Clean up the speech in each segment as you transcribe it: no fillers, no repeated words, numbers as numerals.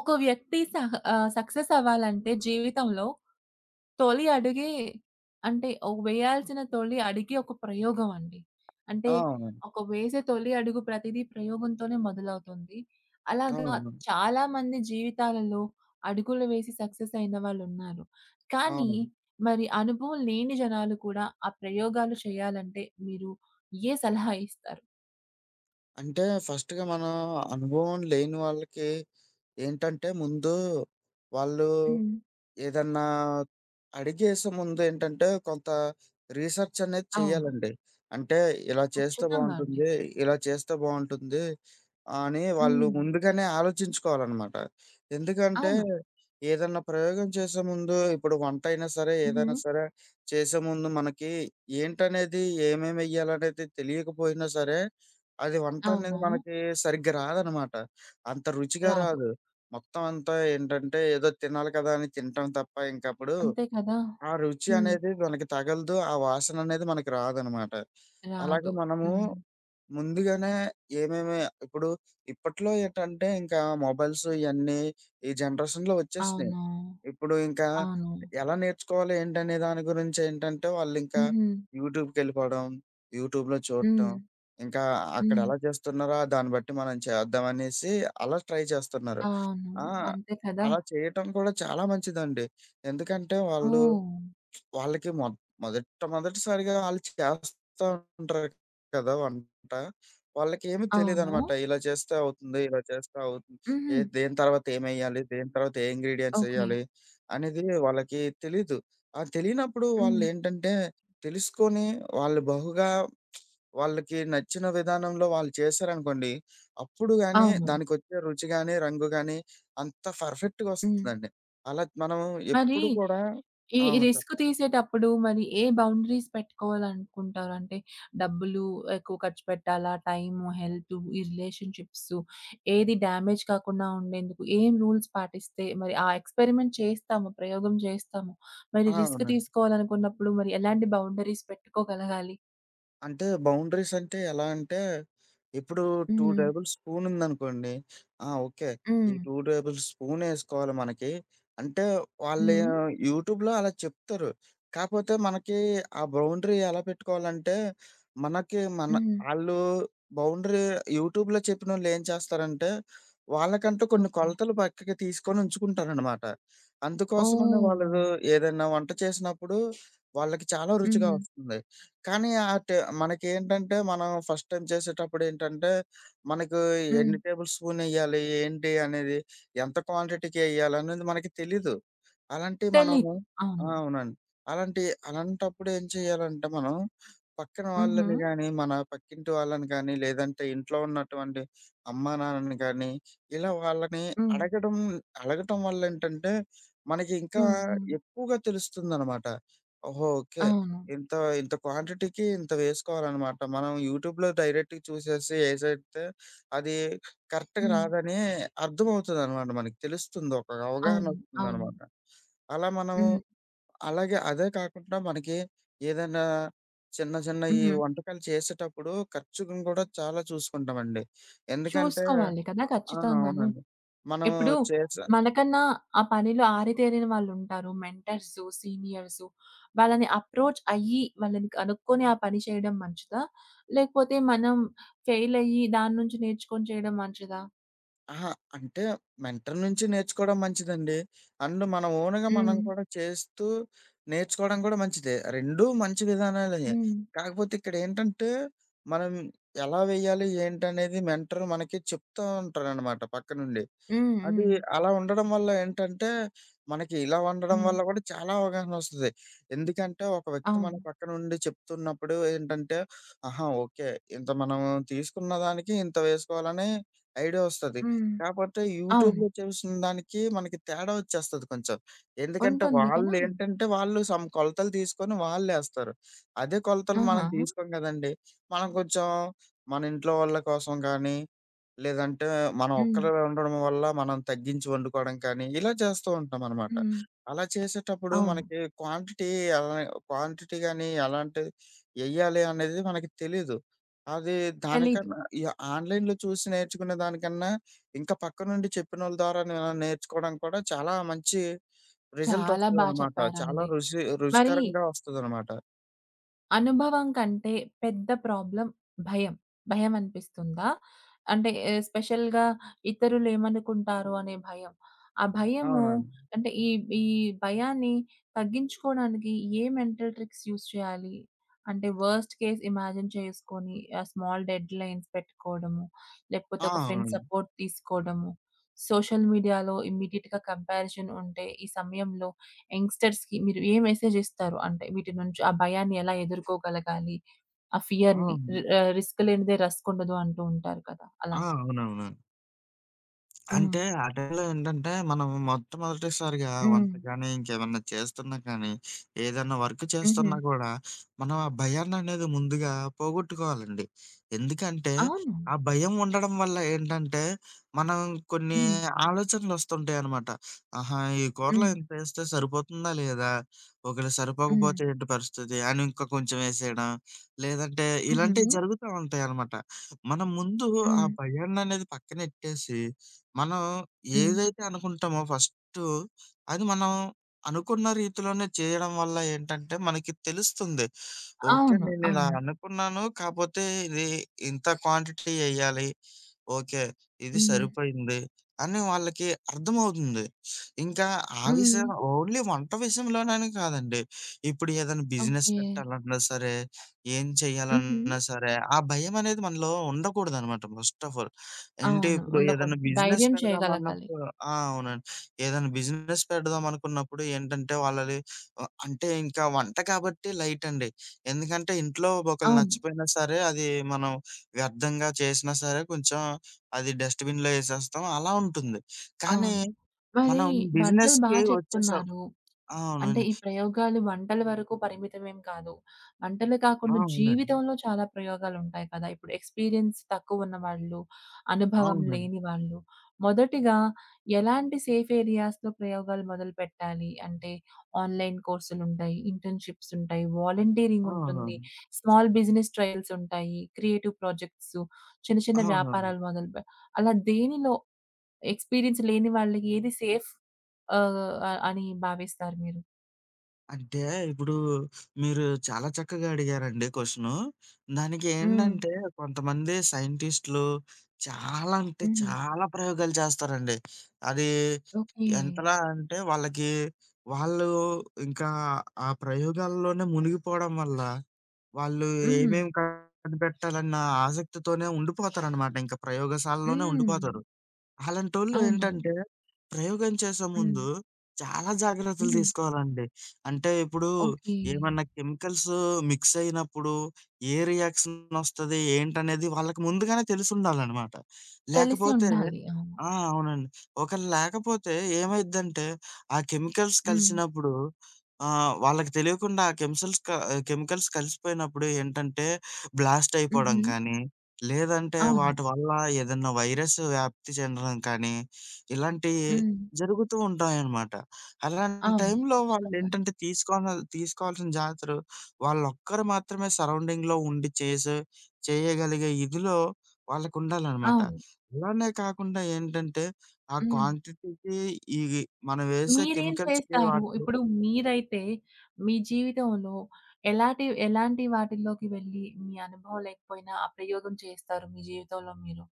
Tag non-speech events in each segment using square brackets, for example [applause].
ఒక వ్యక్తి సహ సక్సెస్ అవ్వాలంటే జీవితంలో తొలి అడుగే అంటే వేయాల్సిన తొలి అడుగే ఒక ప్రయోగం అండి. అంటే అవును. ఒక వేసే తొలి అడుగు ప్రతిదీ ప్రయోగంతోనే మొదలవుతుంది. అలాగా అవును. చాలామంది జీవితాలలో అడుగులు వేసి సక్సెస్ అయిన వాళ్ళున్నారు. కానీ అవును. మరి అనుభవం లేని జనాలు కూడా ఆ ప్రయోగాలు చేయాలంటే మీరు ఏ సలహా ఇస్తారు? అంటే ఫస్ట్‌గా మనం అనుభవం లేని వాళ్ళకి ఏంటంటే ముందు వాళ్ళు హ్మ్. ఏదన్నా అడిగేసే ముందేంటంటే, కొంత రీసెర్చ్ అనేది అవును. చేయాలండి. అంటే ఇలా చేస్తే ఖచ్చితంగా అండి. బావుంటుంది, ఇలా చేస్తే బావుంటుంది అని వాళ్ళు హ్మ్. ముందుగానే ఆలోచించుకోవాలనమాట. ఎందుకంటే, అవును. ఏదన్నా ప్రయోగం చేసే ముందు ఇప్పుడు వంటైనా సరే, ఏదైనా హుహు. సరే చేసే ముందు మనకి ఏంటనేది, ఏమేమెయ్యాలనేది తెలియకపోయినా సరే, అది వంటనేది అవును. మనకి సరిగ్గా రాదనమాట. అంత రుచిగా రాదు. రాదు. మొత్తం అంతా ఏంటంటే ఏదో తినాలి కదా అని తినటం తప్ప ఇంకప్పుడు అంతే కదా! ఆ రుచి హ్మ్. అనేది మనకి తగలదు. ఆ వాసన అనేది మనకి రాదనమాట. అలాగే రాదు. మనము హ్మ్. ముందుగానే ఏమేమి ఇప్పుడు ఇప్పట్లో ఏంటంటే ఇంకా మొబైల్స్ ఇయన్నీ ఈ జనరేషన్‌లో వచ్చేసినాయి. అవును. ఇప్పుడు ఇంకా అవును. ఎలా నేర్చుకోవాలి ఏంటనే దాని గురించి ఏంటంటే వాళ్ళింకా హుహు. యూట్యూబ్‌కెళ్ళిపోవడం, యూట్యూబ్‌లో చూడటం, హ్మ్. ఇంకా అక్కడ హ్మ్. ఎలా చేస్తున్నారో దాన్ని బట్టి మనం చేద్దామనేసి అలా ట్రై చేస్తున్నారు. అవును. ఆ! అంతే కదా! అలా చేయటం కూడా చాలా మంచిదండి. ఎందుకంటే వాళ్ళు ఓహ్! వాళ్ళకి మొదట మొదటిసారిగా ఆళ్ళు చేస్తా ఉంటారు కదా! వంట. వాళ్ళకేమి అవును. తెలీదనమాట. ఇలా చేస్తే అవుతుంది. ఇలా చేస్తే అవుతుంది. ఏ హుహు. దేని తర్వాత ఏమెయ్యాలి? దేని తర్వాత ఏ ఇంగ్రీడియెంట్స్ ఓకే. ఎయ్యాలి? అనేది వాళ్ళకి తెలీదు. ఆ తెలియనప్పుడు హ్మ్. వాళ్ళేంటంటే తెలుసుకొని వాళ్ళు బహుగా వాళ్ళకి నచ్చిన విధానంలో వాళ్ళు చేశారనుకోండి. అప్పుడు గాని అవును. దానికొచ్చే రుచి గాని, రంగు గాని అంత హ్మ్. పర్ఫెక్ట్‌గొస్తుందండి. అలా మనం మరి ఎప్పుడు కూడా. ఈ ఆ, ఈ రిస్క్ చెప్పండి. తీసేటప్పుడు మరి ఏ బౌండరీస్ పెట్టుకోవాలనుకుంటారు? అంటే డబ్బులు ఎక్కువ ఖర్చు పెట్టాలా? టైము, హెల్త్, ఈ రిలేషన్‌షిప్స్ ఏది డ్యామేజ్ కాకుండా ఉండేందుకు ఏం రూల్స్ పాటిస్తే మరి ఆ ఎక్స్‌పెరిమెంట్ చేస్తాము, ప్రయోగం చేస్తాము. మరి ఆ, రిస్క్ అవునండి. తీసుకోవాలనుకున్నప్పుడు మరి ఎలాంటి బౌండరీస్ పెట్టుకోగలగాలి? అంటే బౌండరీస్ అంటే ఎలా అంటే, ఇప్పుడు 2 హ్మ్. టేబుల్ స్పూన్ ఉందనుకోండి. ఆ, ఓకే. ఈ హ్మ్. 2 టేబుల్ స్పూనేసుకోవాలి మనకి. అంటే వాళ్ళు హ్మ్. యూట్యూబ్‌లో అలా చెప్తారు. కాపోతే మనకి ఆ బౌండరీ ఎలా పెట్టుకోవాలంటే, మనకి మన హ్మ్. ఆళ్ళు బౌండరీ యూట్యూబ్‌లో చెప్పినోళ్ళేం చేస్తారంటే, వాళ్ళకంటూ కొన్ని ఓకే. కొలతలు పక్కకి తీసుకొని ఉంచుకుంటారనమాట. అందుకోసమని ఓహ్! వాళ్ళు ఏదైనా వంట చేసినప్పుడు వాళ్ళకి చాలా రుచిగా హుహు. వస్తుంది. కానీ ఆటే మనకేంటంటే, మనం ఫస్ట్ టైమ్ చేసేటప్పుడేంటంటే, మనకు హ్మ్. ఎన్ని టేబుల్ స్పూనెయ్యాలి, ఏంటి అనేది, ఎంత క్వాంటిటీకెయ్యాలనేది మనకి తెలీదు. అలాంటియి మనము. తెలీదు. ఆ, అవును. అవునండి. అలాంటి అలాంటప్పుడు ఏం చేయాలంటే మనం, పక్కన హుహు. వాళ్ళని గానీ, మన పక్కింటి వాళ్ళని కానీ, లేదంటే ఇంట్లో ఉన్నటువంటి అమ్మా, నాన్నని కానీ, ఇలా వాళ్ళని హ్మ్. అడగడం అడగటం వల్లేంటంటే, మనకి ఇంకా హ్మ్. హ్మ్. ఎక్కువగా తెలుస్తుందనమాట. ఓహో, ఓకే. అవును. ఇంత, ఇంత క్వాంటిటీకి ఇంత వేసుకోవాలనమాట. మనం యూట్యూబ్‌లో డైరెక్ట్‌గా చూసేసి ఏసేస్తే అది కరెక్ట్‌గా హ్మ్. రాదని అర్థమవుతదనమాట మనకి. తెలుస్తుంది. ఒక అవును. అవును. అవగాహనొస్తుందనమాట. అలా మనం హ్మ్. అలాగే అదే కాకుండా మనకి ఏదైనా చిన్న, చిన్న ఈ హుహు. వంటకాలు చేసేటప్పుడు ఖర్చును గూడా చాలా చూసుకుంటామండి. ఎందుకంటే చూసుకోవాలి కదా! ఆ, ఖచ్చితంగాను. అవునండి. మనం ఇప్పుడు చేసే. మనకన్నా ఆ పనిలో ఆరితేరిన వాళ్ళుంటారు. Mentors, seniors. వాళ్ళని అప్రోచ్ అయ్యి, వాళ్ళని కనుక్కొని ఆ పని చేయడం మంచిదా? లేకపోతే మనం ఫెయిల్ అయ్యి దాని నుంచి నేర్చుకొని చేయడం మంచిదా? అహా, అంటే మెంటర్ నుంచి నేర్చుకోవడం మంచిదండి. అండ్ మన ఓన్‌గా మనం హ్మ్. కూడా చేస్తూ నేర్చుకోవడం కూడా మంచిదే. రెండూ మంచి విధానాలే. హ్మ్. కాకపోతే ఇక్కడేంటంటే, మనం ఎలా వేయాలి ఏంటనేది మెంటర్ మనకి చెప్తా ఉంటారనమాట పక్కనుండి. హ్మ్. అది హ్మ్. అలా ఉండడం వల్ల ఏంటంటే, మనకి ఇలా వండడం హ్మ్. వల్ల కూడా చాలా అవగాహనొస్తది. ఎందుకంటే, ఒక వ్యక్తి మన అవును. పక్కనుండి చెప్తున్నప్పుడు ఏంటంటే, ఆహా, ఓకే. ఇంత మనం తీసుకున్న దానికి ఇంత వేసుకోవాలని ఐడియా ఒస్తది. హ్మ్. కాపోతే అవును. యూట్యూబ్‌లో చూసిన దానికి మనకి తేడా ఒచ్చేస్తది కొంచెం. ఎందుకంటే, ఉంటుంది కదా! వాళ్ళేంటంటే, వాళ్ళు సమ్ కొలతలు తీసుకొని వాళ్ళేస్తారు. అదే కొలతలు ఆహా! మనం తీసుకోం గదండీ! మనం కొంచెం మన ఇంట్లో వాళ్ళ కోసం గానీ లేదంటే మనం హ్మ్. ఒక్కరే ఉండడం వల్ల మనం తగ్గించి వండుకోవడం కానీ, ఇలా చేస్తూ ఉంటామనమాట. హ్మ్. అలా చేసేటప్పుడు అవును. మనకి క్వాంటిటీ అలా క్వాంటిటీ గాని ఎలాంటి ఎయ్యాలి అనేది మనకి తెలీదు. అది తెలీదు. దానికన్నా ఈ ఆన్‌లైన్‌లో చూసి నేర్చుకునే దానికన్నా, ఇంకా పక్కనుండి చెప్పినోళ్ళ ద్వారా నేర్చుకోవడం కూడా చాలా మంచి రిజల్ట్ చాలా బా వస్తదనమాట. చాలా చెప్పారండి. మరి రుచికరంగా వస్తదనమాట. అనుభవం కంటే పెద్ద ప్రాబ్లమ్ భయం. భయమనిపిస్తుందా? అంటే స్పెషల్‌గా ఇతరులేమనుకుంటారో అనే భయం. ఆ భయము అవునండి. అంటే ఈ ఈ భయాన్ని తగ్గించుకోవడానికి ఏ మెంటల్ ట్రిక్స్ యూజ్ చేయాలి? అంటే వర్స్ట్ కేస్ ఇమాజిన్ చేసుకొని స్మాల్ డెడ్‌లైన్స్ పెట్టుకోవడము, లేకపోతే ఆ, ఒక ఫ్రెండ్ అవునండి. సపోర్ట్ తీసుకోవడము, సోషల్ మీడియాలో ఇమ్మీడియేట్‌గా కంపారిజన్ ఉంటే ఈ సమయంలో యంగ్‌స్టర్స్‌కి మీరు ఏ మెసేజ్ ఇస్తారు? అంటే వీటి నుంచి ఆ భయాన్ని ఎలా ఎదుర్కోగలగాలి? ఆ ఆ, ఫియర్‌ని అవును. రిస్క్ లేనిదే రస్క్ ఉండదు అంటూ ఉంటారు కదా! ఆ, అలాగా. అవునవును హ్మ్. అంటే ఆ టైంలో ఏంటంటే, మనం మొట్టమొదటిసారిగా హ్మ్. వంట కానీ, ఇంకేమన్నా చేస్తున్నా కానీ, ఏదన్నా వర్క్ హుహు. చేస్తున్నా కూడా, మనం ఆ భయాన్ననేది ముందుగా పోగొట్టుకోవాలండి. ఎందుకంటే, అవును. ఆ భయం ఉండడం వల్ల ఏంటంటే, మనం కొన్ని హ్మ్. ఆలోచనలొస్తుంటాయనమాట. ఆహా, ఈ కూరలో హ్మ్. ఇంతేస్తే సరిపోతుందా లేదా? ఒకవేళ హ్మ్. సరిపోకపోతే ఏంటి పరిస్థితి? అని ఇంకా కొంచెం ఏసేయడం, లేదంటే ఇలాంటివి హుహు. జరుగుతా ఉంటాయనమాట. మనం ముందు ఆ హ్మ్. భయాన్ననేది పక్కనెట్టేసి మనం హ్మ్. ఏదైతే అనుకుంటామో ఫస్టు, అది మనం అనుకున్న రీతిలోనే చేయడం వల్ల ఏంటంటే, మనకి తెలుస్తుంది. ఓకే. అవును. నేనిలా అవును. అనుకున్నాను. కాపోతే ఇది ఇంత క్వాంటిటీ ఎయ్యాలి. ఓకే. ఇది హ్మ్. సరిపోయింది అని వాళ్ళకి అర్థమవుతుంది. ఇంకా ఆ హ్మ్. విషయం ఓన్లీ వంట విషయంలోనని కాదండి. ఇప్పుడు ఏదైనా బిజినెస్ ఓకే. పెట్టాలన్నా సరే, ఏం హుహు. చేయాలన్నా సరే, ఆ భయమనేది మనలో ఉండకూడదనమాట ఫస్ట్ ఆఫ్ ఆల్. అంటే అవును. ఇప్పుడు ఏదైనా ఉండకూడదు. బిజినెస్ ధైర్యం పెడదాం చేయగలగాలి. అన్నప్పుడు. ఆ, అవునండి. ఏదైనా బిజినెస్ పెడదాం అనుకున్నప్పుడు ఏంటంటే వాళ్ళది అంటే ఇంకా వంట కాబట్టి లైట్ అండి. ఎందుకంటే ఇంట్లో ఒకళ్ళు అవును. నచ్చిపోయినా సరే అది మనం వ్యర్థంగా చేసినా సరే కొంచెం అది డస్ట్‌బిన్‌లో ఏసేస్తాం అలా ఉంటుంది. కానీ అవును. మరి మనం వంటలు బా బిజినెస్‌కి వచ్చేస చెప్తున్నారు. ఆ, అంటే అవునండి. ఈ ప్రయోగాలు వంటల వరకు పరిమితమేం కాదు. వంటలు ఆ! కాకుండా అవునండి. జీవితంలో చాలా ప్రయోగాలుంటాయి కదా! ఇప్పుడు ఎక్స్‌పీరియన్స్ తక్కువున్న వాళ్ళు, అనుభవం అవునండి. లేని వాళ్ళు, మొదటిగా ఎలాంటి సేఫ్ ఏరియాస్‌లో ప్రయోగాలు మొదలుపెట్టాలి? అంటే ఆన్‌లైన్ కోర్సులుంటాయి, ఇంటర్న్‌షిప్స్ ఉంటాయి, ఆ! వాలంటీరింగ్ అవును. ఉంటుంది, స్మాల్ బిజినెస్ ట్రయల్స్ ఉంటాయి, క్రియేటివ్ ప్రాజెక్ట్స్, చిన్న చిన్న అవునవును. వ్యాపారాలు మొదలుపె అలా దేనిలో ఎక్స్‌పీరియన్స్ లేని వాళ్ళకి ఏది సేఫ్ ఆహ్, అని భావిస్తారు మీరు? అంటే ఇప్పుడు మీరు చాలా చక్కగా అడిగారండి క్వెషను. దానికి హ్మ్. ఏంటంటే కొంతమంది సైంటిస్ట్‌లు చాలా అంటే హ్మ్. చాలా ప్రయోగాలు చేస్తారండి. అది ఓకే. ఎంతలా అంటే వాళ్ళకి వాళ్ళు ఇంకా ఆ ప్రయోగాల్లోనే మునిగిపోవడం వల్ల వాళ్ళు హ్మ్. ఏమేం కనిపెట్టాలన్న ఆసక్తితోనే ఉండిపోతారనమాట. ఇంకా ప్రయోగశాలలోనే హ్మ్. ఉండిపోతారు. అలాంటోళ్ళు అవును. ఏంటంటే, ప్రయోగం చేసే హ్మ్. ముందు చాలా జాగ్రత్తలు హుహు. తీసుకోవాలండి. అంటే ఇప్పుడు ఓకే. ఏమన్నా కెమికల్స్ మిక్స్ అయినప్పుడు ఏ రియాక్షన్ ఒస్తది? ఏంటనేది వాళ్ళకి ముందుగానే తెలిసుండాలనమాట. తెలిసి లేకపోతే. ఉండాలి. అవును. ఆ, అవునండి. ఒకవేళ లేకపోతే ఏమైద్దంటే, ఆ కెమికల్స్ హ్మ్. కలిసినప్పుడు వాళ్ళకి తెలియకుండా ఆ కెమిసల్స్ క కెమికల్స్ కలిసిపోయినప్పుడు ఏంటంటే, బ్లాస్ట్ అయిపోవడం హుహు. కానీ లేదంటే అవును. వాటి వల్ల ఏదన్నా వైరస్ వ్యాప్తి చెందడం కానీ, ఇలాంటియి హ్మ్. జరుగుతూ ఉంటాయనమాట. అలాంటి అవును. టైంలో ఖచ్చితంగాను. వాళ్ళేంటంటే తీసుకోవాల్సిన జాగ్రత్తలు వాళ్ళొక్కరు మాత్రమే సరౌండింగ్‌లో ఉండి చేయగలిగే ఇదిలో వాళ్ళకుండాలనమాట. అవును. అలానే కాకుండా ఏంటంటే, ఆ హ్మ్. క్వాంటిటీకి ఈ మనం వేసే మీరేం కెమికల్స్‌కి చేస్తారు? వాటికి ఇప్పుడు మీరైతే మీ జీవితంలో ఎలాంటి వాటిల్లోకి వెళ్లి మీ అనుభవం లేకపోయినా ఆ ప్రయోగం చేస్తారు మీ జీవితంలో మీరు?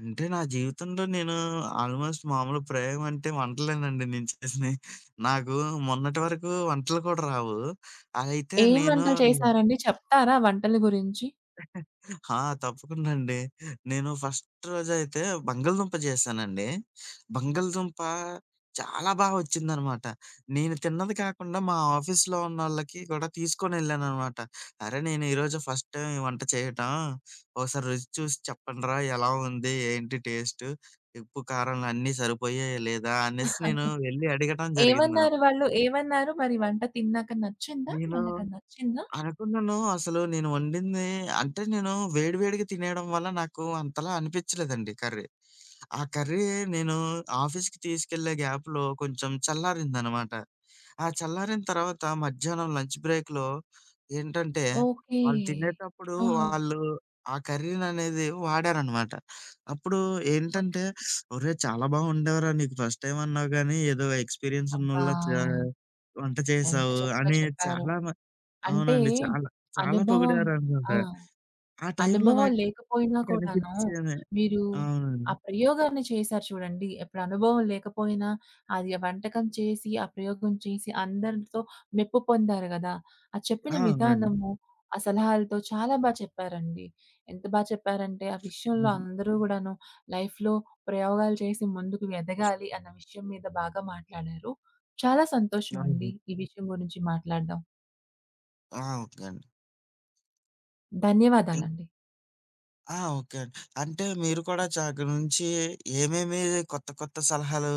అంటే నా జీవితంలో నేను ఆల్మోస్ట్ మామూలు ప్రయోగం అంటే వంటలేనండి నేను చేసినయి. నాకు మొన్నటి వరకు వంటలు కూడా రావు. అదైతే ఏం నేను. వంటలు చేశారండి? చెప్తారా వంటల గురించి? ఆ, తప్పకుండా అండి. నేను ఫస్ట్ రోజైతే బంగాళదుంప జేశానండి. బంగాళదుంప చాలా బా వచ్చిందనమాట. నేను తిన్నది కాకుండా మా ఆఫీస్‌లో ఉన్నోళ్ళకి గూడా తీసుకొనెళ్ళాననమాట. "అరే! నేను ఈరోజు ఫస్ట్ టైమ్ ఈ వంట చేయటం. ఒకసారి రుచి చూసి చెప్పండ్రా ఎలా ఉంది? ఏంటి టేస్టు? ఉప్పు, కారం అన్నీ సరిపోయాయా లేదా?" అనేసి నేను వెళ్లి అడగటం జరిగిందన ఏమన్నారు వాళ్ళు? ఏమన్నారు మరి వంట తిన్నాక నచ్చిందా? నేను వాళ్ళకది నచ్చిందా? అనుకున్నాను. అసలు నేను వండింది అంటే నేను వేడి వేడిగా తినేయడం వల్ల నాకు అంతలా అనిపిచ్చలేదండి కర్రీ. ఆ కర్రీ నేను ఆఫీస్‌కి తీసుకెళ్ళే గ్యాప్‌లో కొంచెం చల్లారిందనమాట. ఆ చల్లారిన తర్వాత మధ్యాహ్నం లంచ్ బ్రేక్‌లో ఏంటంటే, ఓకే. వాళ్ళు తినేటప్పుడు ఆహా! వాళ్ళు ఆ కర్రీననేది వాడారనమాట. అప్పుడు ఓకే. ఏంటంటే, "ఒరేయ్! చాలా బా వండావురా! నీకు ఫస్ట్ టైమ్ అన్నావు గానీ, ఏదో ఎక్స్‌పీరియన్స్ అబ్బా! ఉన్నోళ్ళలా వంట ఎంత చేశావు" చక్కగా అని చెప్పారో. చాలా మ అంటే అవునండి. చాలా అనుభవం ఆ! పొగిడారనుకుంటా. ఆ టైంలో అనుభవం లేకపోయినా కూడాను, నాకనిపిచ్చేది అవునండి. మీరు ఆ, ఆ ప్రయోగాన్ని చేశారు చూడండి. ఇప్పుడు అనుభవం లేకపోయినా అది ఆ వంటకం చేసి, ఆ ప్రయోగం చేసి అందరితో మెప్పు పొందారు గదా! ఆ చెప్పిన అవునండి. విధానము, ఆ సలహాలతో చాలా బా చెప్పారండి. ఎంత బా చెప్పారంటే, ఆ విషయంలో హ్మ్. అందరూ గూడాను లైఫ్‌లో ప్రయోగాలు చేసి ముందుకు ఎదగాలి అన్న విషయం మీద బాగా మాట్లాడారు. చాలా సంతోషమండి అవును. ఈ విషయం గురించి మాట్లాడడం. ఆ, ఓకే అండి. ఇం ధన్యవాదాలండి. ఆ, ఓకే అండి. అంటే మీరు కూడా అక్కడి నుంచి ఏమేమి కొత్త, కొత్త సలహాలు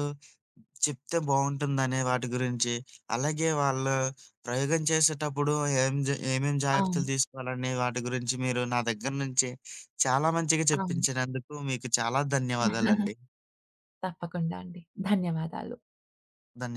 చెప్తే బావుంటుందనే వాటి గురించి, అలాగే వాళ్ళు ప్రయోగం చేసేటప్పుడు ఏం జ ఏమేం జాగ్రత్తలు అవును. తీసుకోవాలనే వాటి గురించి మీరు నా దగ్గర నుంచి చాలా మంచిగా అవును. చెప్పించినందుకు మీకు చాలా ధన్యవాదాలండి. [laughs] తప్పకుండా అండి. ధన్యవాదాలు. ధన్యవాదాలు.